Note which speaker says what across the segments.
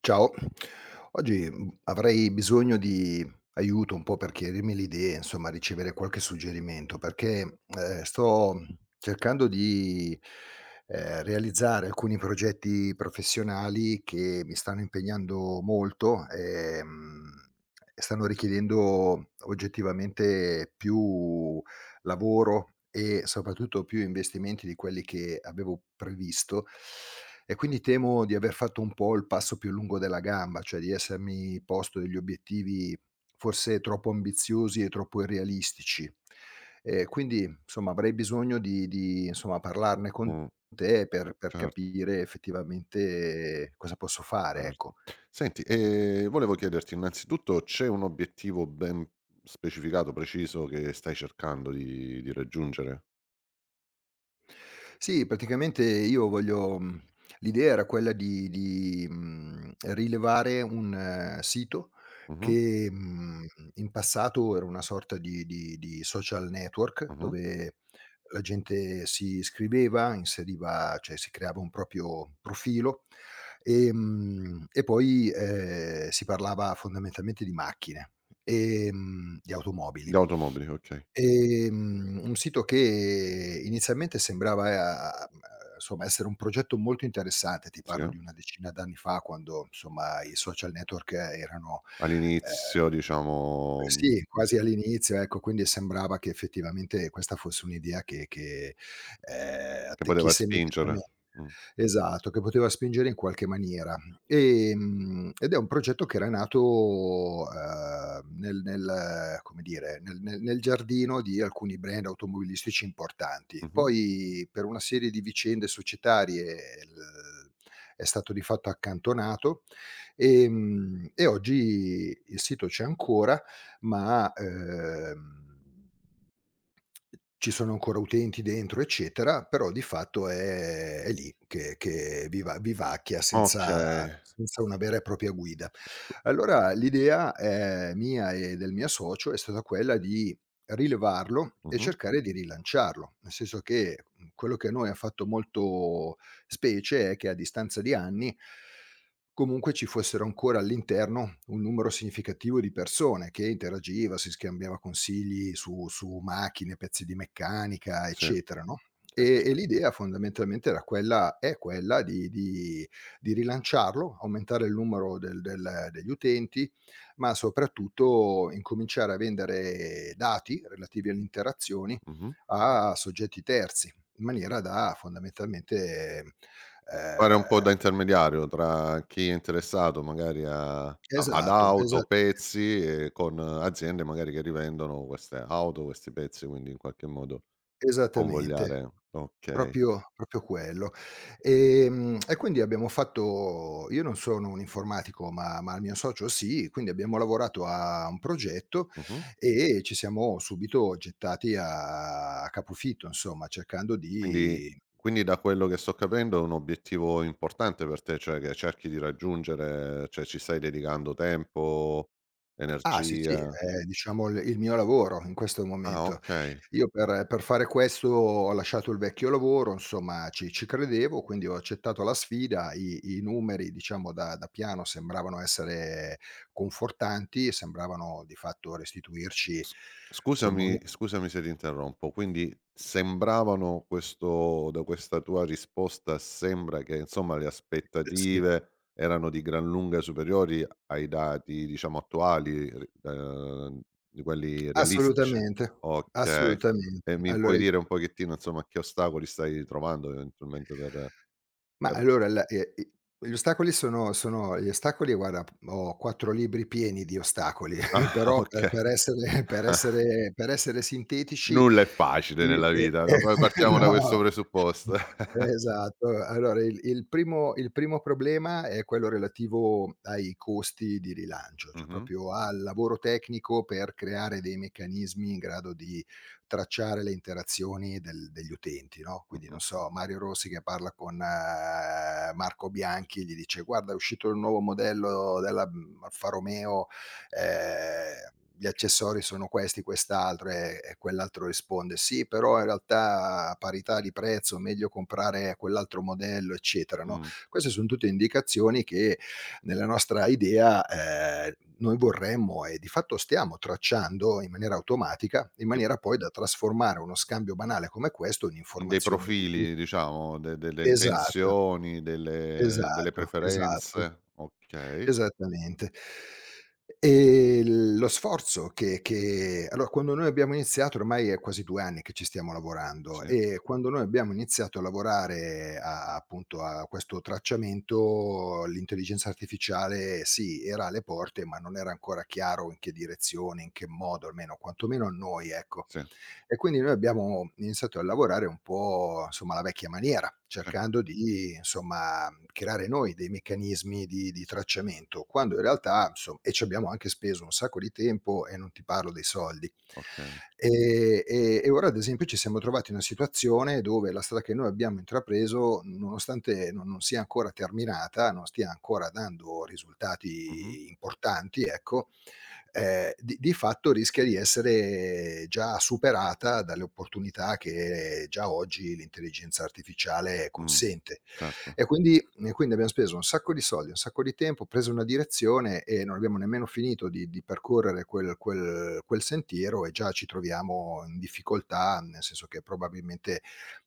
Speaker 1: Ciao, oggi, avrei bisogno di aiuto un po' per chiarirmi le idee, insomma ricevere qualche suggerimento, perché, sto cercando di realizzare alcuni progetti professionali che mi stanno impegnando molto, e stanno richiedendo oggettivamente più lavoro e soprattutto più investimenti di quelli che avevo previsto, e quindi temo di aver fatto un po' il passo più lungo della gamba, cioè di essermi posto degli obiettivi forse troppo ambiziosi e troppo irrealistici. Quindi insomma avrei bisogno di insomma parlarne con
Speaker 2: Mh,
Speaker 1: te per
Speaker 2: certo,
Speaker 1: capire effettivamente cosa posso fare,
Speaker 2: certo.
Speaker 1: ecco.
Speaker 2: Senti, volevo chiederti innanzitutto, c'è un obiettivo ben specificato, preciso che stai cercando di raggiungere?
Speaker 1: Sì, praticamente io voglio l'idea era quella di rilevare un sito
Speaker 2: Mh-mh,
Speaker 1: che, in passato era una sorta di social network
Speaker 2: mh-mh.
Speaker 1: dove la gente si iscriveva, inseriva, cioè si creava un proprio profilo, e poi, si parlava fondamentalmente di macchine, di automobili.
Speaker 2: Di automobili, okay.
Speaker 1: Un sito che inizialmente sembrava, insomma, essere un progetto molto interessante. Ti
Speaker 2: Sì.
Speaker 1: parlo
Speaker 2: Eh.
Speaker 1: di una decina d'anni fa, quando, insomma, i social network erano, ehm
Speaker 2: All'inizio diciamo,
Speaker 1: sì, quasi all'inizio, ecco, quindi sembrava che effettivamente questa fosse un'idea che
Speaker 2: che poteva
Speaker 1: attecchisse
Speaker 2: spingere.
Speaker 1: immediatame
Speaker 2: Mh,
Speaker 1: esatto, che poteva spingere in qualche maniera. Ed è un progetto che era nato, nel nel come dire, nel nel nel giardino di alcuni brand automobilistici importanti.
Speaker 2: mh-mh.
Speaker 1: Poi, per una serie di vicende societarie, il è stato di fatto accantonato, e oggi il sito c'è ancora, ma, ci sono ancora utenti dentro eccetera, però di fatto è lì che vivacchia senza
Speaker 2: Okay.
Speaker 1: senza una vera e propria guida. Allora l'idea, mia e del mio socio, è stata quella di rilevarlo e
Speaker 2: Mh-mh.
Speaker 1: cercare di rilanciarlo, nel senso che, quello che a noi ha fatto molto specie è che a distanza di anni comunque ci fossero ancora all'interno un numero significativo di persone che interagiva, si scambiava consigli su su macchine, pezzi di meccanica,
Speaker 2: Sì,
Speaker 1: eccetera,
Speaker 2: sì,
Speaker 1: no,
Speaker 2: sì,
Speaker 1: e
Speaker 2: sì.
Speaker 1: l'idea fondamentalmente era quella, è quella di di rilanciarlo, aumentare il numero del del degli utenti, ma soprattutto incominciare a vendere dati relativi alle interazioni
Speaker 2: Mh-mh.
Speaker 1: a soggetti terzi, in maniera da, fondamentalmente,
Speaker 2: Fare un po'
Speaker 1: ehm
Speaker 2: da intermediario tra chi è interessato magari a a ad
Speaker 1: esatto, esa
Speaker 2: auto, pezzi e con aziende magari che rivendono queste auto, questi pezzi, quindi in qualche modo
Speaker 1: esattamente,
Speaker 2: convogliare, okay.
Speaker 1: proprio quello. E quindi abbiamo fatto, io non sono un informatico, ma il mio socio sì, quindi abbiamo lavorato a un progetto
Speaker 2: Mh-mh.
Speaker 1: e ci siamo subito gettati a capofitto, insomma, cercando
Speaker 2: Quindi
Speaker 1: di,
Speaker 2: quindi da quello che sto capendo è un obiettivo importante per te, cioè che cerchi di raggiungere, cioè ci stai dedicando tempo,
Speaker 1: ah sì, sì,
Speaker 2: energia?
Speaker 1: è diciamo il mio lavoro in questo
Speaker 2: Ah,
Speaker 1: momento.
Speaker 2: okay.
Speaker 1: Io per fare questo ho lasciato il vecchio lavoro, insomma ci credevo, quindi ho accettato la sfida, i numeri, diciamo, da piano sembravano essere confortanti, sembravano di fatto restituirci
Speaker 2: S
Speaker 1: insomma un
Speaker 2: scusami scusami se ti interrompo, quindi sembravano, questo da questa tua risposta sembra che insomma le
Speaker 1: sì,
Speaker 2: aspettative erano di gran lunga superiori ai dati diciamo attuali, r di quelli realistici.
Speaker 1: assolutamente,
Speaker 2: Okay.
Speaker 1: assolutamente.
Speaker 2: E mi puoi
Speaker 1: Allora i
Speaker 2: dire un pochettino insomma che ostacoli stai trovando eventualmente per
Speaker 1: Ma
Speaker 2: per
Speaker 1: allora la i Gli ostacoli sono gli ostacoli, guarda, ho 4 libri pieni di ostacoli,
Speaker 2: ah,
Speaker 1: però per
Speaker 2: okay.
Speaker 1: per essere per essere per essere sintetici,
Speaker 2: Nulla è facile
Speaker 1: il
Speaker 2: nella vita, da
Speaker 1: e
Speaker 2: pa partiamo da questo
Speaker 1: no.
Speaker 2: presupposto.
Speaker 1: Esatto. Allora il primo problema è quello relativo ai costi di rilancio, cioè
Speaker 2: Mh-mh,
Speaker 1: proprio al lavoro tecnico per creare dei meccanismi in grado di tracciare le interazioni del degli utenti, no, quindi non
Speaker 2: mh-mh,
Speaker 1: so, Mario Rossi che parla con Marco Bianchi, gli dice: "Guarda, è uscito il nuovo modello della, Alfa Romeo, gli accessori sono questi, quest'altro", e quell'altro risponde: "Sì, però in realtà a parità di prezzo meglio comprare quell'altro modello", eccetera, no.
Speaker 2: mh.
Speaker 1: Queste son tutte indicazioni che nella nostra idea noi vorremmo e di fatto stiamo tracciando in maniera automatica, in maniera poi da trasformare uno scambio banale come questo in
Speaker 2: Dei
Speaker 1: informazioni utili.
Speaker 2: profili diciamo, de delle
Speaker 1: Esatto,
Speaker 2: intenzioni, delle
Speaker 1: esatto, esatto.
Speaker 2: preferenze. Okay,
Speaker 1: esattamente. Lo sforzo che allora quando noi abbiamo iniziato, ormai è quasi 2 anni che ci stiamo lavorando,
Speaker 2: sì,
Speaker 1: e quando noi abbiamo iniziato a lavorare a, appunto, a questo tracciamento, l'intelligenza artificiale, sì, era alle porte, ma non era ancora chiaro in che direzione, in che modo, almeno quantomeno a noi, ecco.
Speaker 2: sì,
Speaker 1: E quindi noi abbiamo iniziato a lavorare un po', insomma, alla vecchia maniera,
Speaker 2: sì,
Speaker 1: cercando di, insomma, creare noi dei meccanismi di tracciamento, quando in realtà, insom e ci abbiamo anche speso un sacco di tempo, e non ti parlo dei soldi.
Speaker 2: okay.
Speaker 1: E ora, ad esempio, ci siamo trovati in una situazione dove la strada che noi abbiamo intrapreso, nonostante non sia ancora terminata, non stia ancora dando
Speaker 2: Mh-mh,
Speaker 1: risultati importanti, ecco, di fatto rischia di essere già superata dalle opportunità che già oggi l'intelligenza artificiale
Speaker 2: mh,
Speaker 1: consente.
Speaker 2: certo.
Speaker 1: E quindi e quindi abbiam speso un sacco di soldi, un sacco di tempo, preso una direzione e non abbiamo nemmeno finito di percorrere quel sentiero e già ci troviamo in difficoltà, nel senso che probabilmente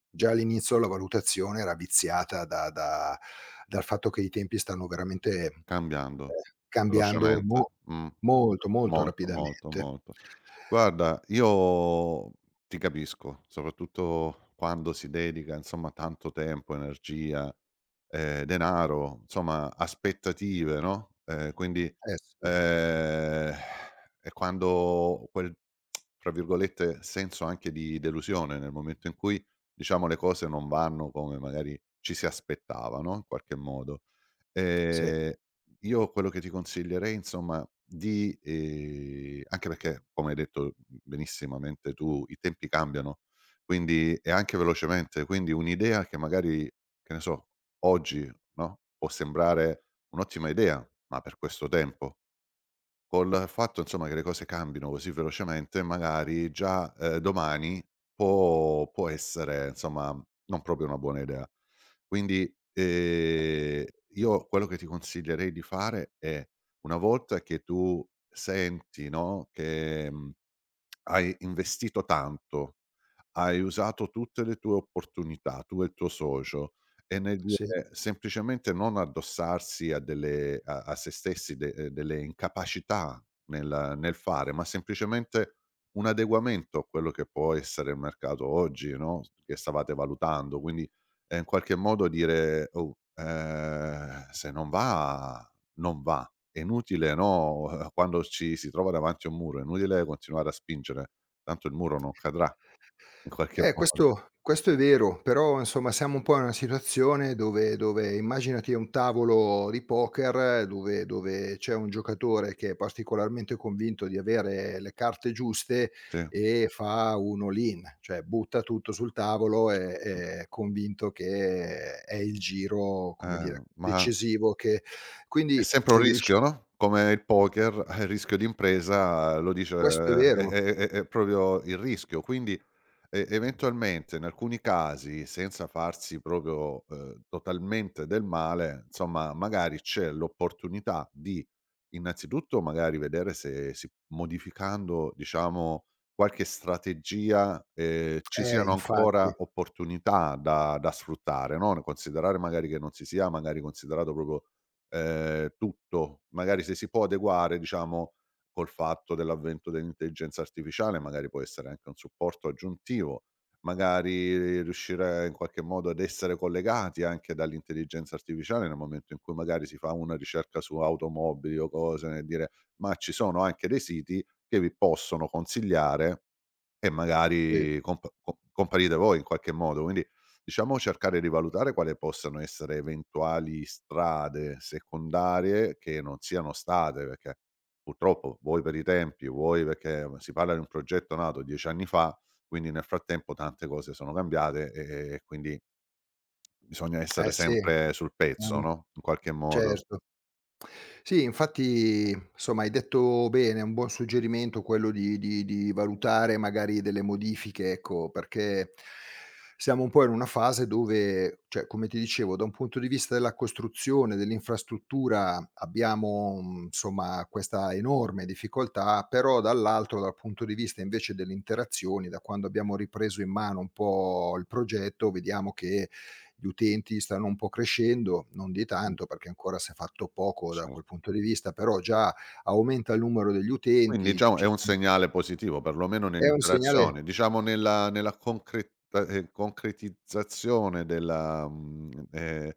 Speaker 1: già all'inizio la valutazione era viziata da dal fatto che i tempi stanno veramente,
Speaker 2: Cambiando
Speaker 1: cambiando
Speaker 2: velocemente,
Speaker 1: mo
Speaker 2: mh.
Speaker 1: molto, molto
Speaker 2: Molto, molto,
Speaker 1: rapidamente.
Speaker 2: molto. Guarda, io ti capisco, soprattutto quando si dedica, insomma, tanto tempo, energia, denaro, insomma, aspettative, no, quindi,
Speaker 1: Eh sì,
Speaker 2: ehm, e quando quel, tra virgolette, senso anche di delusione, nel momento in cui, diciamo, le cose non vanno come magari ci si aspettava, no, in qualche modo.
Speaker 1: sì,
Speaker 2: Ehm, io quello che ti consiglierei insomma di anche perché come hai detto benissimamente tu, i tempi cambiano, quindi e anche velocemente, quindi un'idea che magari, che ne so, oggi, no, può sembrare un'ottima idea, ma per questo tempo. Col fatto insomma che le cose cambino così velocemente, magari già, domani può essere, insomma, non proprio una buona idea. Quindi, io quello che ti consiglierei di fare è, una volta che tu senti, no, che, hai investito tanto, hai usato tutte le tue opportunità, tu e il tuo socio, e nel
Speaker 1: sì.
Speaker 2: dire semplicemente non addossarsi a a se stessi de delle incapacità nel fare, ma semplicemente un adeguamento a quello che può essere il mercato oggi, no, che stavate valutando. Quindi, in qualche modo dire: "Oh, se non va, non va." È inutile, no, quando ci si trova davanti a un muro, è inutile continuare a spingere, tanto il muro non cadrà. In qualche
Speaker 1: Eh,
Speaker 2: modo,
Speaker 1: questo è vero, però insomma siamo un po' in una situazione dove immaginati un tavolo di poker dove c'è un giocatore che è particolarmente convinto di avere le carte giuste
Speaker 2: sì.
Speaker 1: e fa un all in, cioè butta tutto sul tavolo e
Speaker 2: Mh.
Speaker 1: è convinto che è il giro, come dire,
Speaker 2: Ma
Speaker 1: decisivo, che
Speaker 2: è
Speaker 1: quindi
Speaker 2: sempre un rischio,
Speaker 1: riusci
Speaker 2: no, come il poker, il rischio d'impresa lo dice,
Speaker 1: questo è
Speaker 2: è
Speaker 1: vero.
Speaker 2: è è è proprio il rischio. Quindi, e eventualmente, in alcuni casi, senza farsi proprio, totalmente del male, insomma, magari c'è l'opportunità di innanzitutto magari vedere se, si modificando, diciamo, qualche strategia, ci
Speaker 1: Eh,
Speaker 2: siano ancora
Speaker 1: infatti.
Speaker 2: opportunità da sfruttare, no, considerare magari che non si sia magari considerato proprio, tutto. Magari se si può adeguare, diciamo, col fatto dell'avvento dell'intelligenza artificiale, magari può essere anche un supporto aggiuntivo, magari riuscire in qualche modo ad essere collegati anche dall'intelligenza artificiale nel momento in cui magari si fa una ricerca su automobili o cose, nel dire: "Ma ci sono anche dei siti che vi possono consigliare." E
Speaker 1: Sì,
Speaker 2: magari comparite voi in qualche modo. Quindi, diciamo, cercare di valutare quali possano essere eventuali strade secondarie che non siano state, perché purtroppo, vuoi per i tempi, vuoi perché, si parla di un progetto nato 10 anni fa, quindi nel frattempo tante cose sono cambiate e quindi bisogna essere
Speaker 1: eh sì,
Speaker 2: sempre sul pezzo, no, in qualche modo.
Speaker 1: certo. Sì, infatti, insomma, hai detto bene, è un buon suggerimento quello di di valutare magari delle modifiche, ecco, perché siamo un po' in una fase dove, cioè, come ti dicevo, da un punto di vista della costruzione, dell'infrastruttura abbiamo, insomma, questa enorme difficoltà, però dall'altro, dal punto di vista invece delle interazioni, da quando abbiamo ripreso in mano un po' il progetto, vediamo che gli utenti stanno un po' crescendo, non di
Speaker 2: Mh,
Speaker 1: tanto perché ancora si è fatto poco
Speaker 2: cer
Speaker 1: da quel punto di vista, però già aumenta il numero degli
Speaker 2: Quindi
Speaker 1: utenti,
Speaker 2: diciamo è
Speaker 1: ci
Speaker 2: un
Speaker 1: son
Speaker 2: segnale positivo, perlomeno
Speaker 1: è un segnale
Speaker 2: nell'interazione, diciamo nella concreta, concretizzazione della,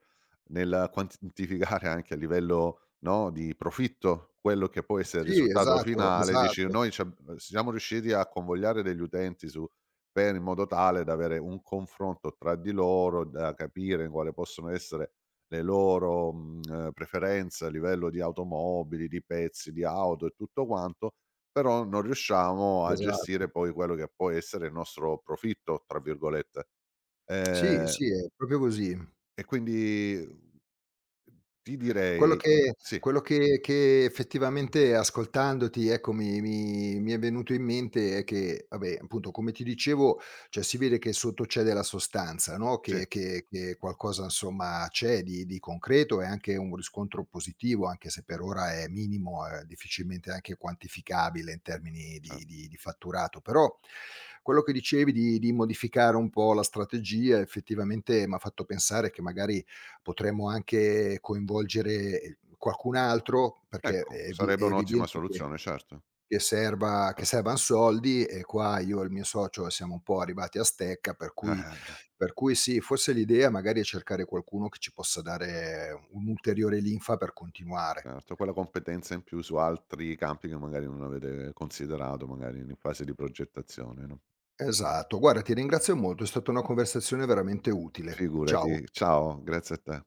Speaker 2: nel quantificare anche a livello, no, di profitto, quello che poi se il
Speaker 1: sì,
Speaker 2: risultato
Speaker 1: esatto,
Speaker 2: finale dici:
Speaker 1: esatto,
Speaker 2: "Noi, c'ab siamo riusciti a convogliare degli utenti, su per, in modo tale da avere un confronto tra di loro, da capire quale possono essere le loro, preferenze a livello di automobili, di pezzi, di auto e tutto quanto", però non riusciamo a
Speaker 1: esatto.
Speaker 2: gestire poi quello che può essere il nostro "profitto" tra virgolette.
Speaker 1: Sì,
Speaker 2: Ehm,
Speaker 1: sì, è proprio così.
Speaker 2: e quindi ti
Speaker 1: Quello
Speaker 2: direi,
Speaker 1: che
Speaker 2: sì,
Speaker 1: quello che che effettivamente, ascoltandoti, ecco, mi è venuto in mente è che, vabbè, appunto, come ti dicevo, cioè, si vede che sotto c'è della sostanza, no,
Speaker 2: sì,
Speaker 1: che qualcosa insomma c'è di concreto e anche un riscontro positivo, anche se per ora è minimo, è difficilmente anche quantificabile in termini di
Speaker 2: certo.
Speaker 1: di di fatturato. Però quello che dicevi di modificare un po' la strategia effettivamente m'ha fatto pensare che magari potremmo anche coinvolgere, qualcun altro, perché
Speaker 2: Ecco, sarebbe
Speaker 1: è
Speaker 2: un'ottima
Speaker 1: evidente che
Speaker 2: soluzione, certo,
Speaker 1: che serva che
Speaker 2: cer
Speaker 1: servan soldi, e qua io e il mio socio siamo un po' arrivati a stecca, per cui sì, forse l'idea magari è cercare qualcuno che ci possa dare un'ulteriore linfa per continuare.
Speaker 2: certo, quella competenza in più su altri campi che magari non avete considerato, magari in fase di progettazione, no.
Speaker 1: Esatto, guarda, ti ringrazio molto, è stata una conversazione veramente utile. Ciao.
Speaker 2: Figurati, ciao, grazie a te.